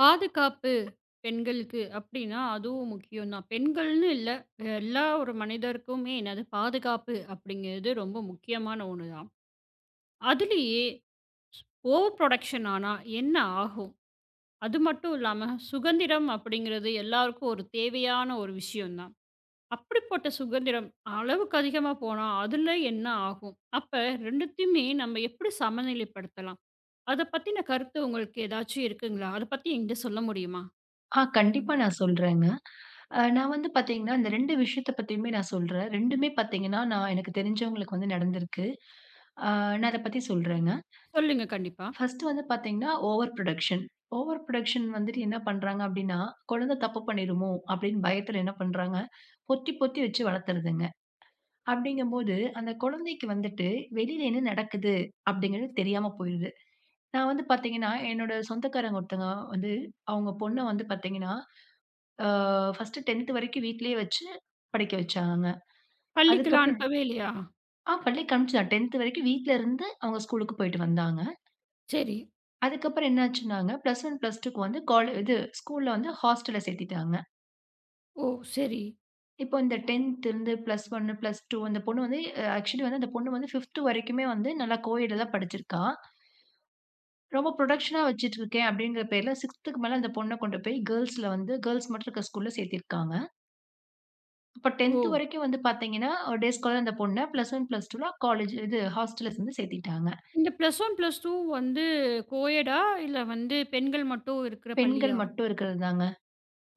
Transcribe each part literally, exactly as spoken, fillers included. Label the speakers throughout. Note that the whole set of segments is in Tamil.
Speaker 1: பாதுகாப்பு பெண்களுக்கு அப்படின்னா அதுவும் முக்கியம் தான். பெண்கள்னு இல்ல, எல்லா ஒரு மனிதருக்குமே என்னது பாதுகாப்பு அப்படிங்கிறது ரொம்ப முக்கியமான ஒண்ணு தான். அதுலயே ஓவர் புரொடக்ஷன் ஆனா என்ன ஆகும்? அது மட்டும் இல்லாம சுதந்திரம் அப்படிங்கிறது எல்லாருக்கும் ஒரு தேவையான ஒரு விஷயம் தான். அப்படிப்பட்ட சுதந்திரம் அளவுக்கு அதிகமா போனா அதுல என்ன ஆகும்? அப்ப ரெண்டத்தையுமே நம்ம எப்படி சமநிலைப்படுத்தலாம்? அத பத்தின கருத்து உங்களுக்கு ஏதாச்சும் இருக்குங்களா? அத பத்தி என்கிட்ட சொல்ல முடியுமா?
Speaker 2: ஆ கண்டிப்பா நான் சொல்றேங்க. அ நான் வந்து பார்த்தீங்கன்னா, இந்த ரெண்டு விஷயத்த பத்தியுமே நான் சொல்றேன். ரெண்டுமே பார்த்தீங்கன்னா, நான் எனக்கு தெரிஞ்சவங்களுக்கு வந்து நடந்திருக்கு. ஆ நான் அத பத்தி சொல்றேங்க.
Speaker 1: சொல்லுங்க கண்டிப்பா.
Speaker 2: ஃபர்ஸ்ட்டு வந்து பார்த்தீங்கன்னா, ஓவர் புரொடக்ஷன். ஓவர் புரொடக்ஷன் வந்துட்டு என்ன பண்றாங்க அப்டின்னா, குழந்தை தப்பு பண்ணிருமோ அப்டின்னு பயத்துல என்ன பண்றாங்க, பொத்தி பொத்தி வச்சு வளர்த்துறதுங்க. அப்டிங்கும்போது, அந்த குழந்தைக்கு வந்துட்டு வெளியில என்ன நடக்குது அப்டிங்கிறது தெரியாம போயிருது. நான் வந்து பார்த்தீங்கன்னா, என்னோட சொந்தக்காரங்க ஒருத்தங்க வந்து அவங்க பொண்ண வந்து பார்த்தீங்கன்னா, ஆ ஃபர்ஸ்ட்டு டென்த் வரைக்கும் வீட்லயே வச்சு படிக்க வச்சாங்க.
Speaker 1: பள்ளிக்குலாம்
Speaker 2: அதுக்கப்புறம்
Speaker 1: அனுப்பவே இல்லையா?
Speaker 2: ஆ பள்ளிக்கு அனுப்பிச்சுட்டாங்க. டென்த் வரைக்கும் வீட்ல இருந்து அவங்க ஸ்கூலுக்கு போயிட்டு வந்தாங்க.
Speaker 1: சரி.
Speaker 2: அதுக்கப்புறம் என்னாச்சுன்னாங்க, பிளஸ் ஒன், பிளஸ் டூக்கு வந்து காலே இது ஸ்கூல்ல வந்து ஹாஸ்டல்ல சேர்த்துட்டாங்க.
Speaker 1: ஓ! சரி.
Speaker 2: இப்போ இந்த டென்த் இருந்து பிளஸ் ஒன், பிளஸ் டூ அந்த பொண்ணு வந்து அ ஆக்சுவலி வந்து அந்த பொண்ணு வந்து ஃபிப்த் வரைக்குமே வந்து நல்லா கோஎட்ல தான் படிச்சிருக்கா. ரொம்ப புரொடக்ஷனா வச்சுட்டு இருக்கேன் அப்படிங்கிற பேர்ல சிக்ஸ்த்துக்கு மேல அந்த பொண்ண கொண்டு போய் கேர்ல்ஸ்ல வந்து கேர்ல்ஸ் மட்டும் இருக்க ஸ்கூல்ல சேர்த்திருக்காங்க. அப்ப
Speaker 1: ஓ!
Speaker 2: டென்த் வரைக்கும் வந்து பார்த்தீங்கன்னா, டே ஸ்காலர் அந்த பொண்ண பிளஸ் ஒன் பிளஸ் டூல காலேஜ் இது ஹாஸ்டல்ல சேர்ந்து சேர்த்திட்டாங்க.
Speaker 1: இந்த பிளஸ் ஒன், பிளஸ் டூ வந்து கோயடா? இல்ல வந்து பெண்கள் மட்டும் இருக்கிற
Speaker 2: பெண்கள்
Speaker 1: பள்ளியா?
Speaker 2: மட்டும் இருக்கிறது தாங்க.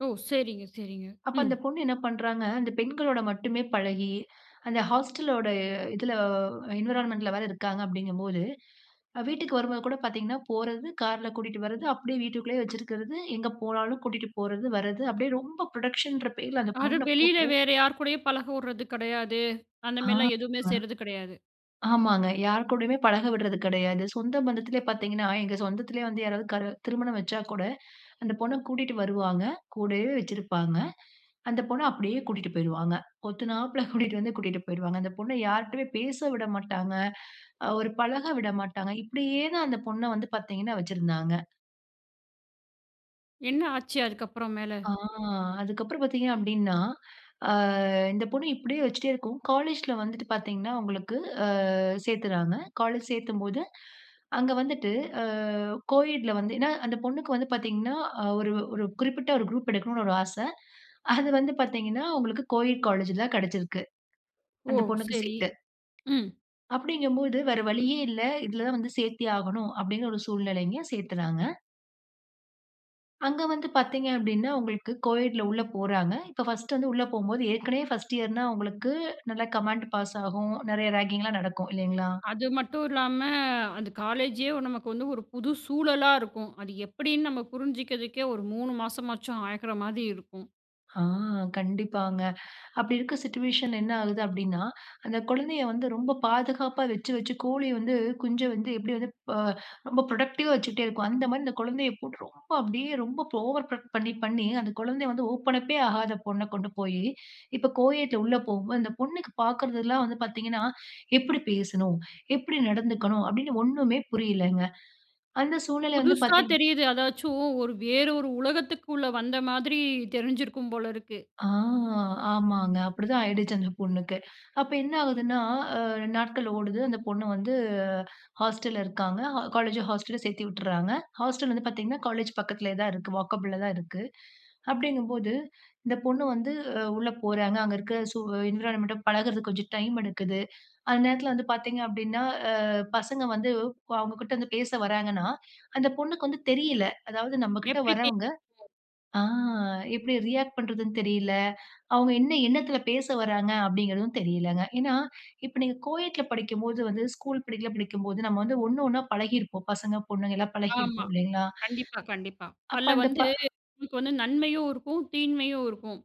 Speaker 1: ஓ! சரிங்க, சரிங்க.
Speaker 2: அப்ப
Speaker 1: ம்.
Speaker 2: அந்த பொண்ணு என்ன பண்றாங்க, அந்த பெண்களோட மட்டுமே பழகி, அந்த ஹாஸ்டலோட இதுல என்வைரன்மென்ட்ல வேற இருக்காங்க அப்படிங்கும்போது, அஹ் வீட்டுக்கு வரும்போது கூட பார்த்தீங்கன்னா, போறது கார்ல கூட்டிட்டு வர்றது, அப்படியே வீட்டுக்குள்ளேயே வச்சிருக்கிறது, எங்க போனாலும் கூட்டிட்டு போறது, வர்றது, அப்படியே ரொம்ப புரொடக்ஷன்ற பேர்ல அந்த
Speaker 1: அது
Speaker 2: பொண்ண
Speaker 1: வெளியில
Speaker 2: போட்டு.
Speaker 1: வேற யார் கூடயும் பழக விடுறது கிடையாது. அந்த மாரிலாம் எதுவுமே
Speaker 2: ஆ.
Speaker 1: செய்றது கிடையாது.
Speaker 2: ஆமாங்க. யார் கூடயுமே பழக விடுறது கிடையாது. சொந்த பந்தத்திலே பார்த்தீங்கன்னா, எங்க சொந்தத்திலே வந்து யாராவது கரு திருமணம் வச்சா கூட, அந்த பொண்ண கூட்டிட்டு வருவாங்க. கூடவே வச்சிருப்பாங்க. அந்த பொண்ண அப்படியே கூட்டிட்டு போயிருவாங்க. கொத்துனாப்புல கூட்டிட்டு வந்து கூட்டிட்டு போயிருவாங்க. அந்த பொண்ண யார்ட்டயுமே பேச விட மாட்டாங்க. அ ஒரு பழக விட மாட்டாங்க. இப்படியே தான் அந்த பொண்ண வந்து பார்த்தீங்கன்னா வச்சிருந்தாங்க.
Speaker 1: என்ன ஆச்சு அதுக்கப்புறம் மேல?
Speaker 2: ஆ அதுக்கப்புறம் பார்த்தீங்க அப்படின்னா, அ இந்த பொண்ணு இப்படியே வச்சுட்டே இருக்கும். காலேஜ்ல வந்துட்டு பார்த்தீங்கன்னா, உங்களுக்கு சேர்த்துறாங்க. காலேஜ் சேர்த்தும்போது, அங்க வந்துட்டு அ கோஎட்ல வந்து ஏன்னா அந்த பொண்ணுக்கு வந்து பார்த்தீங்கன்னா, அ ஒரு ஒரு குறிப்பிட்ட ஒரு குரூப் எடுக்கணும்னு ஒரு ஆசை. அது வந்து பார்த்தீங்கன்னா, அவங்களுக்கு கோஎட் காலேஜ்ல கிடைச்சிருக்கு.
Speaker 1: ஓ!
Speaker 2: அந்த பொண்ணுக்கு
Speaker 1: சரி.
Speaker 2: சீட்டு.
Speaker 1: ம்.
Speaker 2: அப்படிங்கும்போது வேற வழியே இல்ல. இதுல தான் வந்து சேர்த்தே ஆகணும் அப்படிங்கிற ஒரு சூழ்நிலைங்க சேர்த்துறாங்க. அங்க வந்து பார்த்தீங்க அப்படின்னா, உங்களுக்கு கோஎட்ல உள்ள போறாங்க. இப்ப ஃபர்ஸ்ட் வந்து உள்ள போம்போது ஏற்கனவே ஃபர்ஸ்ட் இயர்னா உங்களுக்கு நல்லா கமாண்ட் பாஸ் ஆகும். நெறைய ராகிங்லாம் நடக்கும் இல்லைங்களா?
Speaker 1: அது மட்டும் இல்லாம, அந்த காலேஜே நமக்கு வந்து ஒரு புது சூழலா இருக்கும். அது எப்படின்னு நம்ம புரிஞ்சுக்கிறதுக்கே ஒரு மூணு மாசமாச்சும் ஆகிற மாதிரி இருக்கும்.
Speaker 2: ஆ கண்டிப்பாங்க. அப்படி இருக்க சிச்சுவேஷன்ல என்ன ஆகுது அப்படின்னா, அந்த குழந்தைய வந்து ரொம்ப பாதுகாப்பா வச்சு வச்சு கோழி வந்து குஞ்ச வந்து எப்படி வந்து ப ரொம்ப ப்ரொடக்டிவா வச்சுக்கிட்டே இருக்கும். அந்த மாரி இந்த குழந்தைய போட்டு ரொம்ப அப்படியே ரொம்ப ஓவர் ப்ரொடக்ட் பண்ணி பண்ணி அந்த குழந்தைய வந்து ஓப்பன் அப்பே ஆகாத பொண்ண கொண்டு போயி, இப்ப கோயட்ல உள்ள போகும்போது அந்த பொண்ணுக்கு பார்க்கறதெல்லாம் வந்து பார்த்தீங்கன்னா, எப்படி பேசணும்? எப்படி நடந்துக்கணும்? அப்படின்னு ஒண்ணுமே புரியலங்க. அந்த சூழ்நிலை வந்து
Speaker 1: புதுசா
Speaker 2: பார்த்தீங்
Speaker 1: தெரியுது. அதாச்சும் ஒரு வேற ஒரு உலகத்துக்குள்ள வந்த மாதிரி தெரிஞ்சிருக்கும் போல இருக்கு.
Speaker 2: ஆ ஆமாங்க. அப்படிதான் ஆயிடுச்சு அந்த பொண்ணுக்கு. அப்ப என்ன ஆகுதுன்னா, அ நாட்கள் ஓடுது. அந்த பொண்ணு வந்து ஹாஸ்டல்ல இருக்காங்க. ஹா காலேஜ் ஹாஸ்டல்ல சேர்த்து விட்டுர்றாங்க. ஹாஸ்டல் வந்து பார்த்தீங்கன்னா, காலேஜ் பக்கத்திலே தான் இருக்கு. வாக்கபிள்ல தான் இருக்கு. அப்படிங்கும்போது, இந்த பொண்ணு வந்து அ உள்ள போறாங்க. அங்க இருக்க சூ என்விரான்மென்ட்ட பழகுறதுக்கு கொஞ்சம் டைம் எடுக்குது. அந்த நேரத்தில வந்து பார்த்தீங்க அப்படின்னா, அ பசங்க வந்து அவங்க கிட்ட வந்து பேச வராங்கன்னா, அந்த பொண்ணுக்கு வந்து தெரியல. அதாவது நம்மகிட்ட
Speaker 1: எப்படி பே
Speaker 2: வரவங்க ஆ எப்படி ரியாக்ட் பண்றதுன்னு தெரியல. அவங்க என்ன எண்ணத்துல பேச வராங்க அப்படிங்கிறதும் தெரியலங்க. ஏன்னா, இப்ப நீங்க கோயட்ல படிக்கும்போது வந்து ஸ்கூல் படிக்கல படிக்கும்போது நம்ம வந்து ஒண்ணு ஒண்ணா பழகியிருப்போம். பசங்க, பொண்ணுங்க எல்லாம்
Speaker 1: ஆமா.
Speaker 2: பழகியிருப்போம் இல்லைங்களா?
Speaker 1: கண்டிப்பா, கண்டிப்பா.
Speaker 2: அப்ப
Speaker 1: அதுல
Speaker 2: அந்த
Speaker 1: வந்து
Speaker 2: ப
Speaker 1: நமக்கு வந்து நன்மையும் இருக்கும், தீன்மையும் இருக்கும்.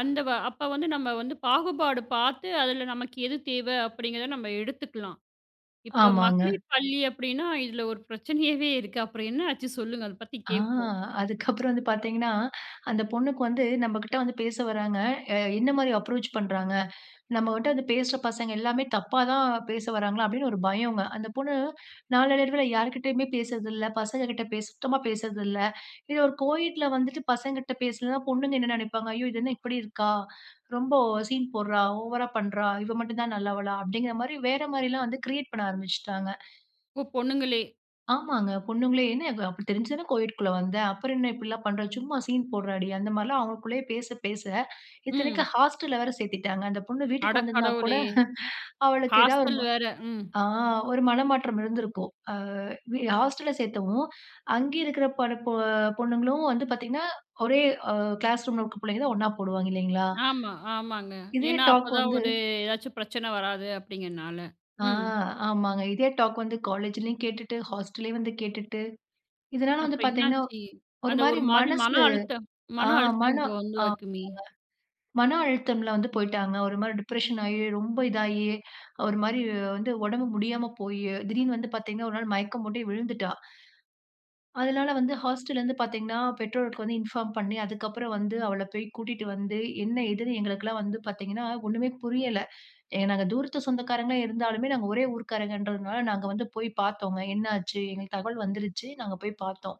Speaker 1: அந்த வ அப்ப வந்து நம்ம வந்து பாகுபாடு பார்த்து, அதுல நமக்கு எது தேவை அப்படிங்கிறத நம்ம எடுத்துக்கலாம். இப்ப
Speaker 2: ஆமாங்க.
Speaker 1: மகளிர் பள்ளி அப்படின்னா, இதுல ஒரு பிரச்சனையாவே இருக்கு. அப்புறம் என்ன ஆச்சு சொல்லுங்க? அத பத்தி
Speaker 2: ஆ
Speaker 1: கேட்போம்.
Speaker 2: அதுக்கப்புறம் வந்து பார்த்தீங்கன்னா, அந்த பொண்ணுக்கு வந்து நம்ம கிட்ட வந்து பேச வராங்க. அ என்ன மாரி அப்ரோச் பண்றாங்க? நம்ம வந்துட்டு அந்த பேசுற பசங்க எல்லாமே தப்பா தான் பேச வராங்களா அப்படின்னு ஒரு பயங்க. அந்த பொண்ணு நாளடைவில யார்கிட்டயுமே பேசுறதில்ல. பசங்ககிட்ட பேச சுத்தமா பேசுறதில்ல. இது ஒரு கோஎட்ல வந்துட்டு பசங்ககிட்ட பேசலன்னா பொண்ணுங்க என்ன நினைப்பாங்க, "ஐயோ! இது என்ன இப்படி இருக்கா? ரொம்ப சீன் போடுறா, ஓவரா பண்றா, இவ மட்டும் தான் நல்லவளா?" அப்படிங்கிற மாரி வேற மாரிலாம் வந்து கிரியேட் பண்ண ஆரம்பிச்சுட்டாங்க.
Speaker 1: இப்போ பொண்ணுங்களே
Speaker 2: ஆமாங்க. பொண்ணுங்களே "என்ன அப்ப தெரிஞ்சுதானே கோஎட்குள்ள வந்த. அப்புறம் என்ன இப்படிலாம் பண்ற? சும்மா சீன் போடுறடி." அந்த மாரிலாம் அவங்களுக்குள்ளேயே பேச பேச,
Speaker 1: ம்.
Speaker 2: இத்தனைக்கும் ஹாஸ்டல்ல வேற சேர்த்துட்டாங்க. அந்த பொண்ணு
Speaker 1: அட
Speaker 2: வீட்டுக்கு வந்திருந்தா கூட
Speaker 1: கடவுளே!
Speaker 2: அவளுக்கு ஏதாவது
Speaker 1: ஹாஸ்டல்
Speaker 2: ஒரு
Speaker 1: வேற. ம்.
Speaker 2: ஆ ஒரு மனமாற்றம் இருந்திருக்கும். அ வி ஹாஸ்டல்ல சேர்த்தவும், அங்கே இருக்கிற பட பொ பொண்ணுங்களும் வந்து பார்த்தீங்கன்னா, ஒரே அ கிளாஸ் ரூம்ல இருக்க பிள்ளைங்க தான் ஒண்ணா போடுவாங்க இல்லைங்களா?
Speaker 1: ஆமா, ஆமாங்க.
Speaker 2: இதே
Speaker 1: ஏன்னா,
Speaker 2: டாக்
Speaker 1: அப்பதான்
Speaker 2: வந்து
Speaker 1: ஒரு ஏதாச்சும் பிரச்சனை வராது அப்படிங்கிறனால.
Speaker 2: ஆ
Speaker 1: ம்.
Speaker 2: ஆமாங்க. இதே டாக் வந்து காலேஜ்லயும் கேட்டுட்டு, ஹாஸ்டல்லயும் வந்து கேட்டுட்டு, இதனால
Speaker 1: அப்ப
Speaker 2: வந்து பார்த்தீங்கன்னா,
Speaker 1: என்னாச்சு?
Speaker 2: ஒரு
Speaker 1: அந்த
Speaker 2: மாரி
Speaker 1: ஒரு மாரி மன
Speaker 2: மனசு
Speaker 1: அழுத்தம்
Speaker 2: ஆ
Speaker 1: மன அழுத்தம்
Speaker 2: மன
Speaker 1: இங்க வந்து
Speaker 2: ஆ
Speaker 1: வக்குமே.
Speaker 2: மன அழுத்தம்ல வந்து போயிட்டாங்க. ஒரு மாரி டிப்ரஷன் ஆயி, ரொம்ப இதாயி, ஒரு மாரி வந்து உடம்பு முடியாம போயி, திடீர்னு வந்து பார்த்தீங்கன்னா, ஒரு நாள் மயக்கம் போட்டே விழுந்துட்டா. அதனால வந்து ஹாஸ்டல்லேருந்து பார்த்தீங்கன்னா, பெற்றோருக்கு வந்து இன்ஃபார்ம் பண்ணி, அதுக்கப்புறம் வந்து அவள போய் கூட்டிட்டு வந்து, என்ன ஏதுன்னு எங்களுக்கெல்லாம் வந்து பார்த்தீங்கன்னா, ஒண்ணுமே புரியல. ஏ நாங்க தூரத்து சொந்தக்காரங்களா இருந்தாலுமே, நாங்க ஒரே ஊர்க்காரங்கன்றதுனால, நாங்க வந்து போய் பார்த்தோங்க. என்னாச்சு? எங்களுக்கு தகவல் வந்துருச்சு. நாங்க போய் பார்த்தோம்.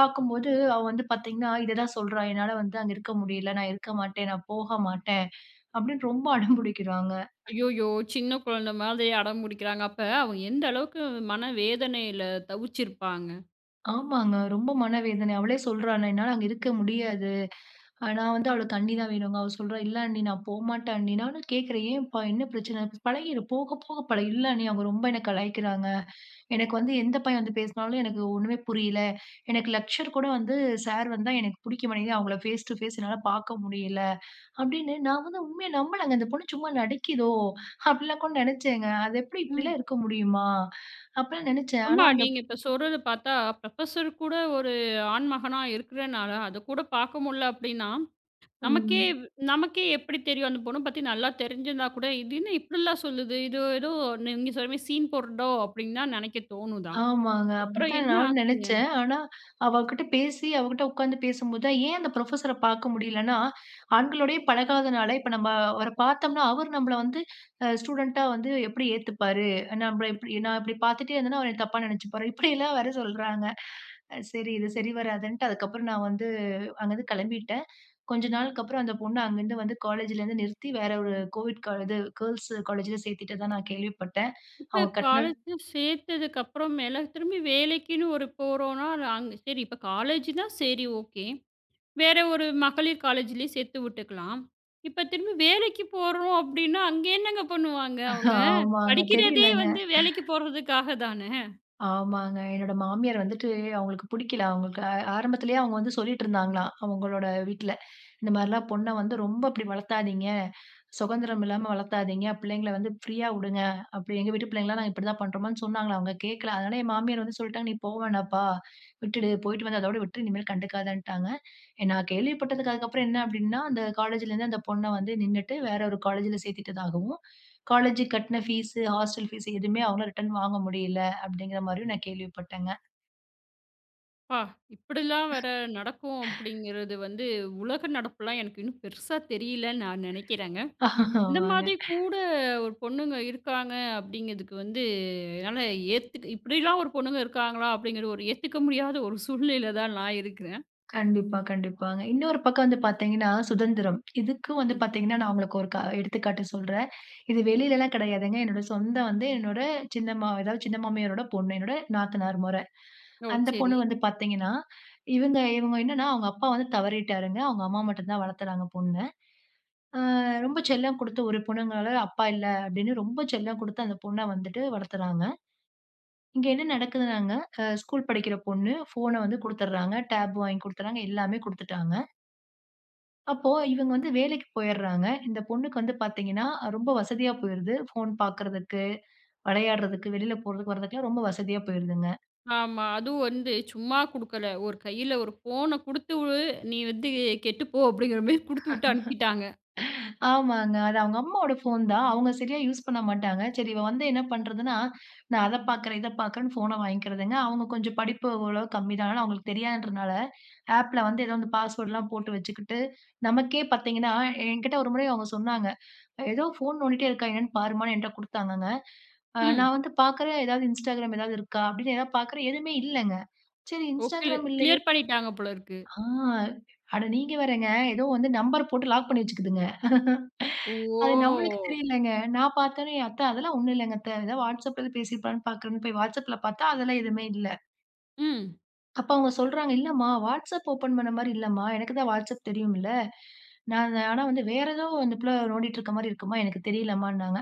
Speaker 2: பார்க்கும்போது, அவ வந்து பார்த்தீங்கன்னா, இததான் சொல்றா. "என்னால வந்து அங்க இருக்க முடியல. நான் இருக்க மாட்டேன். நான் போக மாட்டேன்." அப்படின்னு ரொம்ப அடம்புடிக்கிறாங்க.
Speaker 1: ஐய்யய்யோ! சின்ன குழந்தை மாதிரி அடம் புடிக்கிறாங்க. அப்ப அவங்க எந்த அளவுக்கு மன வேதனையில தவிச்சிருப்பாங்க.
Speaker 2: ஆமாங்க. ரொம்ப மனவேதனை. அவளே சொல்றா, "நான் என்னால அங்க இருக்க முடியாது. அ நான் வந்து அவளுக்கு அண்ணி தான் வேணுங்க." அவ சொல்றா, "இல்ல அண்ணி, நான் போமாட்டேன் அண்ணி." நானும் கேட்கிறேன், "ஏன்ப்பா? என்ன பிரச்சனை?" "பழகிரும். போக போக பழகிரும்." "இல்ல அண்ணி, அவங்க ரொம்ப என்ன கலாய்க்கிறாங்க." எனக்கு வந்து எந்த பையன் வந்து பேசினாலும் எனக்கு ஒண்ணுமே புரியல. எனக்கு லெக்சர் கூட வந்து சார் வந்தா எனக்கு பிடிக்க மாட்டேங்குது. அவங்கள ஃபேஸ் டு ஃபேஸ் என்னால பார்க்க முடியல. அப்படின்னு நான் வந்து உண்மைய நம்பலங்க. இந்த பொண்ணு சும்மா நடிக்குதோ! அப்படிலாம் கூட நினைச்சேங்க. அது எப்படி
Speaker 1: ம்.
Speaker 2: இப்படிலாம் இருக்க முடியுமா? அப்பலாம் நினைச்சேன்.
Speaker 1: ஆமா,
Speaker 2: ஆனா அந்த
Speaker 1: நீங்க இப்ப சொல்றத பார்த்தா, புரொஃபசர் கூட ஒரு ஆண்மகனா இருக்கிறனால, அத கூட பார்க்க முடில அப்படின்னா நமக்கே
Speaker 2: ம்.
Speaker 1: நமக்கே எப்படி தெரியும் அந்த பொண்ண பத்தி நல்லா தெரிஞ்சிருந்தா கூட, இது என்ன இப்படிலாம் சொல்லுது? இது ஏதோ நீங்க சொல்ற மாரி சீன் போடுறதோ அப்படின்னு தான் நெனைக்க தோணுதா?
Speaker 2: ஆமாங்க.
Speaker 1: அப்புறம்
Speaker 2: அப்படித்தான்
Speaker 1: என்ன
Speaker 2: நானும்
Speaker 1: ஆச்சுங்க?
Speaker 2: நெனச்சேன். ஆனா, அவகிட்ட பேசி, அவகிட்ட உட்கார்ந்து பேசும்போது தான், ஏன் அந்த புரொஃபஸர பாக்க முடியலன்னா, ஆண்களோடயே பழகாதனால, இப்ப நம்ம அவர பாத்தோம்னா, அவரு நம்மள வந்து அ ஸ்டூடெண்ட்டா வந்து எப்படி ஏத்துப்பாரு? நம்மள இப்படி நான் இப்படி பாத்துட்டே இருந்தேன்னா, அவரு என்னய தப்பா நெனச்சுப்பாரு. இப்படியெல்லாம் வேற சொல்றாங்க. அ சரி இது சரி வராதுன்ட்டு, அதுக்கப்புறம் நான் வந்து அங்கருந்து கெளம்பிட்டேன். கொஞ்ச நாளுக்கு அப்புறம் அந்த பொண்ண அங்கருந்து வந்து காலேஜ்லேருந்து நிறுத்தி, வேற ஒரு கோவிட் கா இது கேர்ல்ஸ் காலேஜ்ல சேத்துட்டதா நான் கேள்விப்பட்டேன்.
Speaker 1: இப்ப
Speaker 2: அவங்க கட்ன
Speaker 1: காலேஜ்ல சேர்த்ததுக்கு அப்புறமேல திரும்பி வேலைக்குன்னு ஒரு போறோம்னா, அது அங்க சரி இப்ப காலேஜ்னா சரி ஓகே. வேற ஒரு மகளிர் காலேஜ்லயே சேர்த்து விட்டுக்கலாம். இப்ப திரும்பி வேலைக்கு போறோம் அப்படின்னா, அங்க என்னங்க பண்ணுவாங்க அவங்க?
Speaker 2: ஆமாங்க.
Speaker 1: படிக்கிறதே
Speaker 2: தெரியலங்க.
Speaker 1: வந்து வேலைக்கு போறதுக்காக தான.
Speaker 2: ஆமாங்க. என்னோட மாமியார் வந்துட்டு அவங்களுக்கு புடிக்கல. அவங்களுக்கு ஆ ஆரம்பத்திலேயே அவங்க வந்து சொல்லிட்டு இருந்தாங்களாம். அவங்களோட வீட்ல. இந்த மாரிலாம் பொண்ண வந்து ரொம்ப அப்படி வளர்த்தாதீங்க. சுதந்திரம் இல்லாம வளர்த்தாதீங்க. பிள்ளைங்கள வந்து ஃப்ரீயா உடுங்க. அப்படி எங்க வீட்டு பிள்ளைங்கலாம் நாங்க இப்படிதான் பண்றோமான்னு சொன்னாங்களாம். அவங்க கேட்கல. அதனால என் மாமியார் வந்து சொல்லிட்டாங்க, "நீ போ வேணாம்ப்பா. விட்டுடு. போயிட்டு வந்து அதோட விட்டுரு. இனிமேல் கண்டுக்காதன்ட்டாங்க." நான் கேள்விப்பட்டதுக்கு அதுக்கப்புறம் என்ன அப்படின்னா, அந்த காலேஜ்லேருந்து அந்த பொண்ண வந்து நின்னுட்டு வேற ஒரு காலேஜ்ல சேர்த்துட்டதாகவும், காலேஜுக்கு கட்டின ஃபீஸு, ஹாஸ்டல் ஃபீஸு எதுவுமே அவங்களால ரிட்டர்ன் வாங்க முடியல. அப்படிங்கிற மாரியும் நான் கேள்விப்பட்டேங்க.
Speaker 1: அப்பா! இப்படிலாம் வேற நடக்கும் அப்படிங்கிறது வந்து உலக நடப்புலாம் எனக்கு இன்னும் பெருசா தெரியலன்னு நான் நினைக்கிறேங்க. இந்த
Speaker 2: ஆமாங்க.
Speaker 1: மாதிரி கூட ஒரு பொண்ணுங்க இருக்காங்க அப்படிங்கிறதுக்கு வந்து என்னால ஏத்துக்க இப்படிலாம் ஒரு பொண்ணுங்க இருக்காங்களா? அப்படிங்கிற ஒரு ஏத்துக்க முடியாத ஒரு சூழ்நிலையில தான் நான் இருக்கிறேன்.
Speaker 2: கண்டிப்பா, கண்டிப்பாங்க. இன்னொரு பக்கம் வந்து பார்த்தீங்கன்னா, சுதந்திரம். இதுக்கும் வந்து
Speaker 1: ம்.
Speaker 2: பார்த்தீங்கன்னா, நான் உங்களுக்கு ஒரு க எடுத்துக்காட்டு சொல்றேன். இது வெளிலலாம் கிடையாதுங்க. என்னோட சொந்த வந்து என்னோட சின்னம்மா அதாவது சின்ன மாமியாரோட பொண்ணு. என்னோட நாத்தனார் மொற.
Speaker 1: ஓ!
Speaker 2: அந்த
Speaker 1: சரி.
Speaker 2: பொண்ணு வந்து பார்த்தீங்கன்னா, இவங்க இவங்க என்னன்னா, அவங்க அப்பா வந்து தவறிட்டாருங்க. அவங்க அம்மா மட்டும் தான் வளர்த்துறாங்க பொண்ண. அ ரொம்ப செல்லம் குடுத்து ஒரு பொண்ணுங்களால அப்பா இல்ல அப்படின்னு ரொம்ப செல்லம் குடுத்து அந்த பொண்ண வந்துட்டு வளர்த்துறாங்க. இங்க என்ன நடக்குதுனாங்க, அ ஸ்கூல் படிக்கிற பொண்ணு ஃபோன வந்து குடுத்துடுறாங்க. டேப் வாங்கி குடுத்துறாங்க. எல்லாமே குடுத்துட்டாங்க. அப்போ இவங்க வந்து வேலைக்கு போயிடுறாங்க. இந்த பொண்ணுக்கு வந்து பார்த்தீங்கன்னா, ரொம்ப வசதியா போயிருது. ஃபோன் பார்க்கறதுக்கு, விளையாடுறதுக்கு, வெளியில போறதுக்கு வர்றதுக்குலாம் ரொம்ப வசதியா போயிருதுங்க.
Speaker 1: ஆமா. அதுவும் வந்து சும்மா குடுக்கல. ஒரு கையில ஒரு ஃபோன குடுத்து வு "நீ வந்து கெட்டு போ" அப்படிங்கிற மாரி குடுத்து விட்டு அனுப்பிட்டாங்க.
Speaker 2: ஆமாங்க. அது அவங்க அம்மாவோட ஃபோன் தான். அவங்க சரியா யூஸ் பண்ண மாட்டாங்க. சரி இவ வந்து என்ன பண்றதுன்னா, நான் அத பார்க்குறேன், இத பார்க்குறேன்னு ஃபோன வாங்கிக்கிறதுங்க. அவங்க கொஞ்சம் படிப்பு ஓரளவு கம்மி தான். ஆனா அவங்களுக்கு தெரியாதுன்றனால ஆப்ல வந்து ஏதோ அந்த பாஸ்வேர்ட்லாம் போட்டு வச்சுக்கிட்டு, நமக்கே பார்த்தீங்கன்னா, என்கிட்ட ஒரு முறை அவங்க சொன்னாங்க. ஏதோ ஃபோன் நோண்டிட்டே இருக்கா என்னன்னு பாரும்மான்னு என்ட்ட குடுத்தாங்கங்க. அ
Speaker 1: ம்.
Speaker 2: நான் வந்து பார்க்குறேன் ஏதாவது Instagram ஏதாவது இருக்கா? அப்படின்னு ஏதாவது பார்க்குறேன். எதுவுமே இல்லங்க. சரி
Speaker 1: ஓகே.
Speaker 2: Instagram இல்லையே
Speaker 1: கிளியர் பண்ணிட்டாங்க போல இருக்கு.
Speaker 2: ஆ அட நீங்க வேறங்க. ஏதோ வந்து நம்பர் போட்டு லாக் பண்ணி வச்சுக்குதுங்க.
Speaker 1: ஓ!
Speaker 2: அது நம்மளுக்கு தெரியலங்க. நான் பார்த்தோனே, "அத்த அதெல்லாம் ஒண்ணும் இல்லங்க அத்த. ஏதாவது WhatsAppல பேசியிருப்பான்னு பார்க்குறேன்னு" போய் WhatsAppல பார்த்தா அதெல்லாம் எதுவுமே இல்ல.
Speaker 1: ம்.
Speaker 2: அப்ப அவங்க சொல்றாங்க, "இல்லம்மா வாட்ஸ்அப் ஓப்பன் பண்ண மாரி இல்லம்மா. எனக்கு தான் வாட்ஸ்அப் தெரியும்ல. நான் அந்த- ஆனா வந்து வேற ஏதோ அந்த புள்ள நோண்டிட்டு இருக்க மாரி இருக்கும்மா. எனக்கு தெரியலம்மான்னாங்க."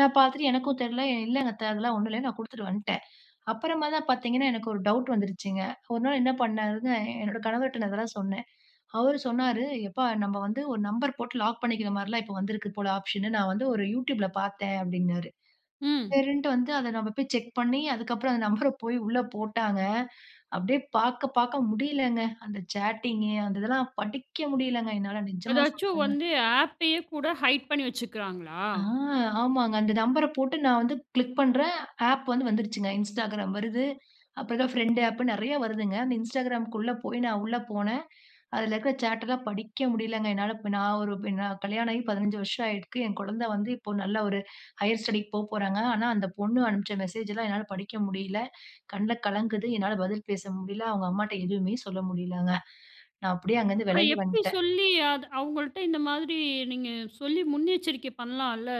Speaker 2: நான் பார்த்துட்டு எனக்கும் தெரியல. "இல்லங்க அத்த அதெல்லாம் ஒண்ணும் இல்ல. நான் குடுத்துட்டு வந்துட்டேன்." அப்புறமா தான் பார்த்தீங்கன்னா, எனக்கு ஒரு டவுட் வந்துருச்சுங்க. ஒரு நாள் என்ன பண்ணாருங்க, என்னோட கணவர்ட்ட நான் இதெல்லாம் சொன்னேன். அவரு சொன்னாரு, "எப்பா நம்ம வந்து ஒரு நம்பர் போட்டு லாக் பண்ணிக்கிற மாரிலாம் இப்ப வந்திருக்கு போல ஆப்ஷன்னு. நான் வந்து ஒரு YouTubeல பார்த்தேன்." அப்படின்னாரு.
Speaker 1: ம்.
Speaker 2: சரின்ட்டு வந்து அத நம்ம போய் செக் பண்ணி, அதுக்கப்புறம் அந்த நம்பர போய் உள்ள போட்டாங்க. அப்படியே பாக்க, பாக்க முடியலங்க. அந்த சேட்டிங்கு, அந்த இதெல்லாம் படிக்க முடியலங்க என்னால. நிஜமா
Speaker 1: அதாச்சும்
Speaker 2: சொல்றேங்க.
Speaker 1: வந்து ஆப்பையே கூட ஹைட் பண்ணி வச்சுக்கிறாங்களா?
Speaker 2: ஆ ஆமாங்க. அந்த நம்பர போட்டு நான் வந்து கிளிக் பண்றேன். ஆப் வந்து வந்துருச்சுங்க. Instagram வருது. அப்புறம் தான் ஃப்ரெண்ட் ஆப் நெறைய வருதுங்க. அந்த Instagramக்குள்ள போய் நான் உள்ள போனேன். அதுல இருக்கிற சாட்டெல்லாம் படிக்க முடியலங்க என்னால. இப்ப நான் ஒரு இப்ப நான் கல்யாணம் ஆகி பதினைஞ்சு வருஷம் ஆயிருக்கு. என் குழந்தை வந்து இப்போ நல்ல ஒரு ஹையர் ஸ்டடிக்கு போ போறாங்க. ஆனா அந்த பொண்ணு அனுப்பிச்ச மெசேஜ் எல்லாம் என்னால படிக்க முடியல. கண்ல கலங்குது. என்னால பதில் பேச முடியல. அவங்க அம்மாட்ட எதுவுமே சொல்ல முடியலங்க. நான் அப்படியே அங்கருந்து
Speaker 1: அப்புறம்
Speaker 2: விலகி
Speaker 1: எப்படி
Speaker 2: வந்துட்டேன்.
Speaker 1: சொல்லி அது அவங்கள்ட்ட இந்த மாதிரி நீங்க சொல்லி முன்னெச்சரிக்கை பண்ணலாம்ல?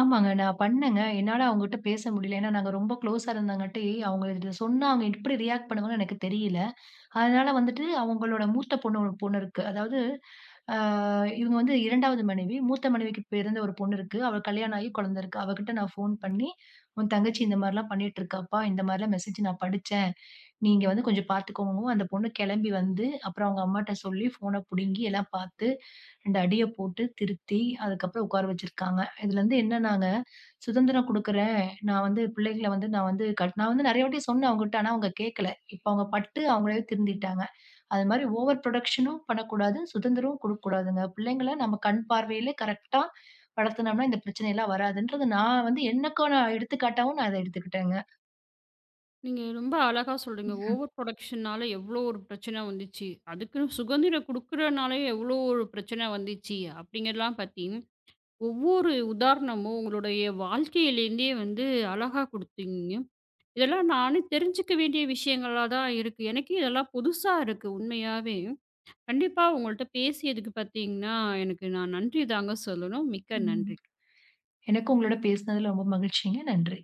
Speaker 2: ஆமாங்க. நான் பண்ணேங்க. என்னால அவங்ககிட்ட பேச முடியல. ஏன்னா, நாங்க ரொம்ப க்ளோஸா இருந்தங்காட்டி, அவங்க இத சொன்னா அவங்க எப்படி ரியாக்ட் பண்ணுவாங்கன்னு எனக்கு தெரியல. அதனால வந்துட்டு அவங்களோட மூத்த பொண்ணு ஒரு பொண்ணு இருக்கு. அதாவது அ இவங்க வந்து ரெண்டாவது மனைவி. மூத்த மனைவிக்கு பிறந்த ஒரு பொண்ணு இருக்கு. அவளுக்கு கல்யாணம் ஆகி குழந்தை இருக்கு. அவகிட்ட நான் ஃபோன் பண்ணி, "உன் தங்கச்சி இந்த மாரிலாம் பண்ணிட்டு இருக்காப்பா. இந்த மாரிலாம் மெசேஜ் நான் படிச்சேன். நீங்க வந்து கொஞ்சம் பார்த்துக்கோங்கவும்." அந்த பொண்ணு கெளம்பி வந்து, அப்புறம் அவங்க அம்மாட்ட சொல்லி ஃபோன புடுங்கி எல்லாம் பார்த்து ரெண்டு அடிய போட்டு திருத்தி, அதுக்கப்புறம் உட்கார வச்சிருக்காங்க. இதுலருந்து என்னன்னாங்க, சுதந்திரம் குடுக்குறேன். நான் வந்து பிள்ளைகள வந்து நான் வந்து கட் நான் வந்து நெறைய வாட்டி சொன்னேன் அவங்ககிட்ட. ஆனா அவங்க கேட்கல. இப்ப அவங்க பட்டு அவங்களாவே திருந்திட்டாங்க. அது மாரி ஓவர் புரொடக்ஷனும் பண்ணக்கூடாது. சுதந்திரமும் குடுக்கக்கூடாதுங்க. பிள்ளைங்கள நம்ம கண் பார்வையிலே கரெக்ட்டா வளர்த்துனோம்னா, இந்த பிரச்சனைலாம் வராதுன்றது நான் வந்து எனக்கான எடுத்துக்காட்டாவும் நான் அத எடுத்துக்கிட்டேங்க.
Speaker 1: நீங்க ரொம்ப அழகா சொல்றீங்க. ஓவர் புரொடக்ஷனால எவ்வளோ ஒரு பிரச்சனை வந்துச்சு. அதுக்குன்னு சுதந்திரம் குடுக்குறனாலே எவ்வளோ ஒரு பிரச்சனை வந்துச்சு. அப்படிங்கிறதெல்லாம் பத்தி ஒவ்வொரு உதாரணமும் உங்களுடைய வாழ்க்கையிலேருந்தே வந்து அழகா குடுத்தீங்க. இதெல்லாம் நானே தெரிஞ்சுக்க வேண்டிய விஷயங்களா தான் இருக்கு. எனக்கே இதெல்லாம் புதுசா இருக்கு உண்மையாவே. கண்டிப்பா உங்கள்ட்ட பேசியதுக்கு பார்த்தீங்கன்னா, எனக்கு நான் நன்றி தாங்க சொல்லணும். மிக்க
Speaker 2: ம்.
Speaker 1: நன்றி.
Speaker 2: எனக்கும் உங்களோட பேசுனதுல ரொம்ப மகிழ்ச்சிங்க. நன்றி.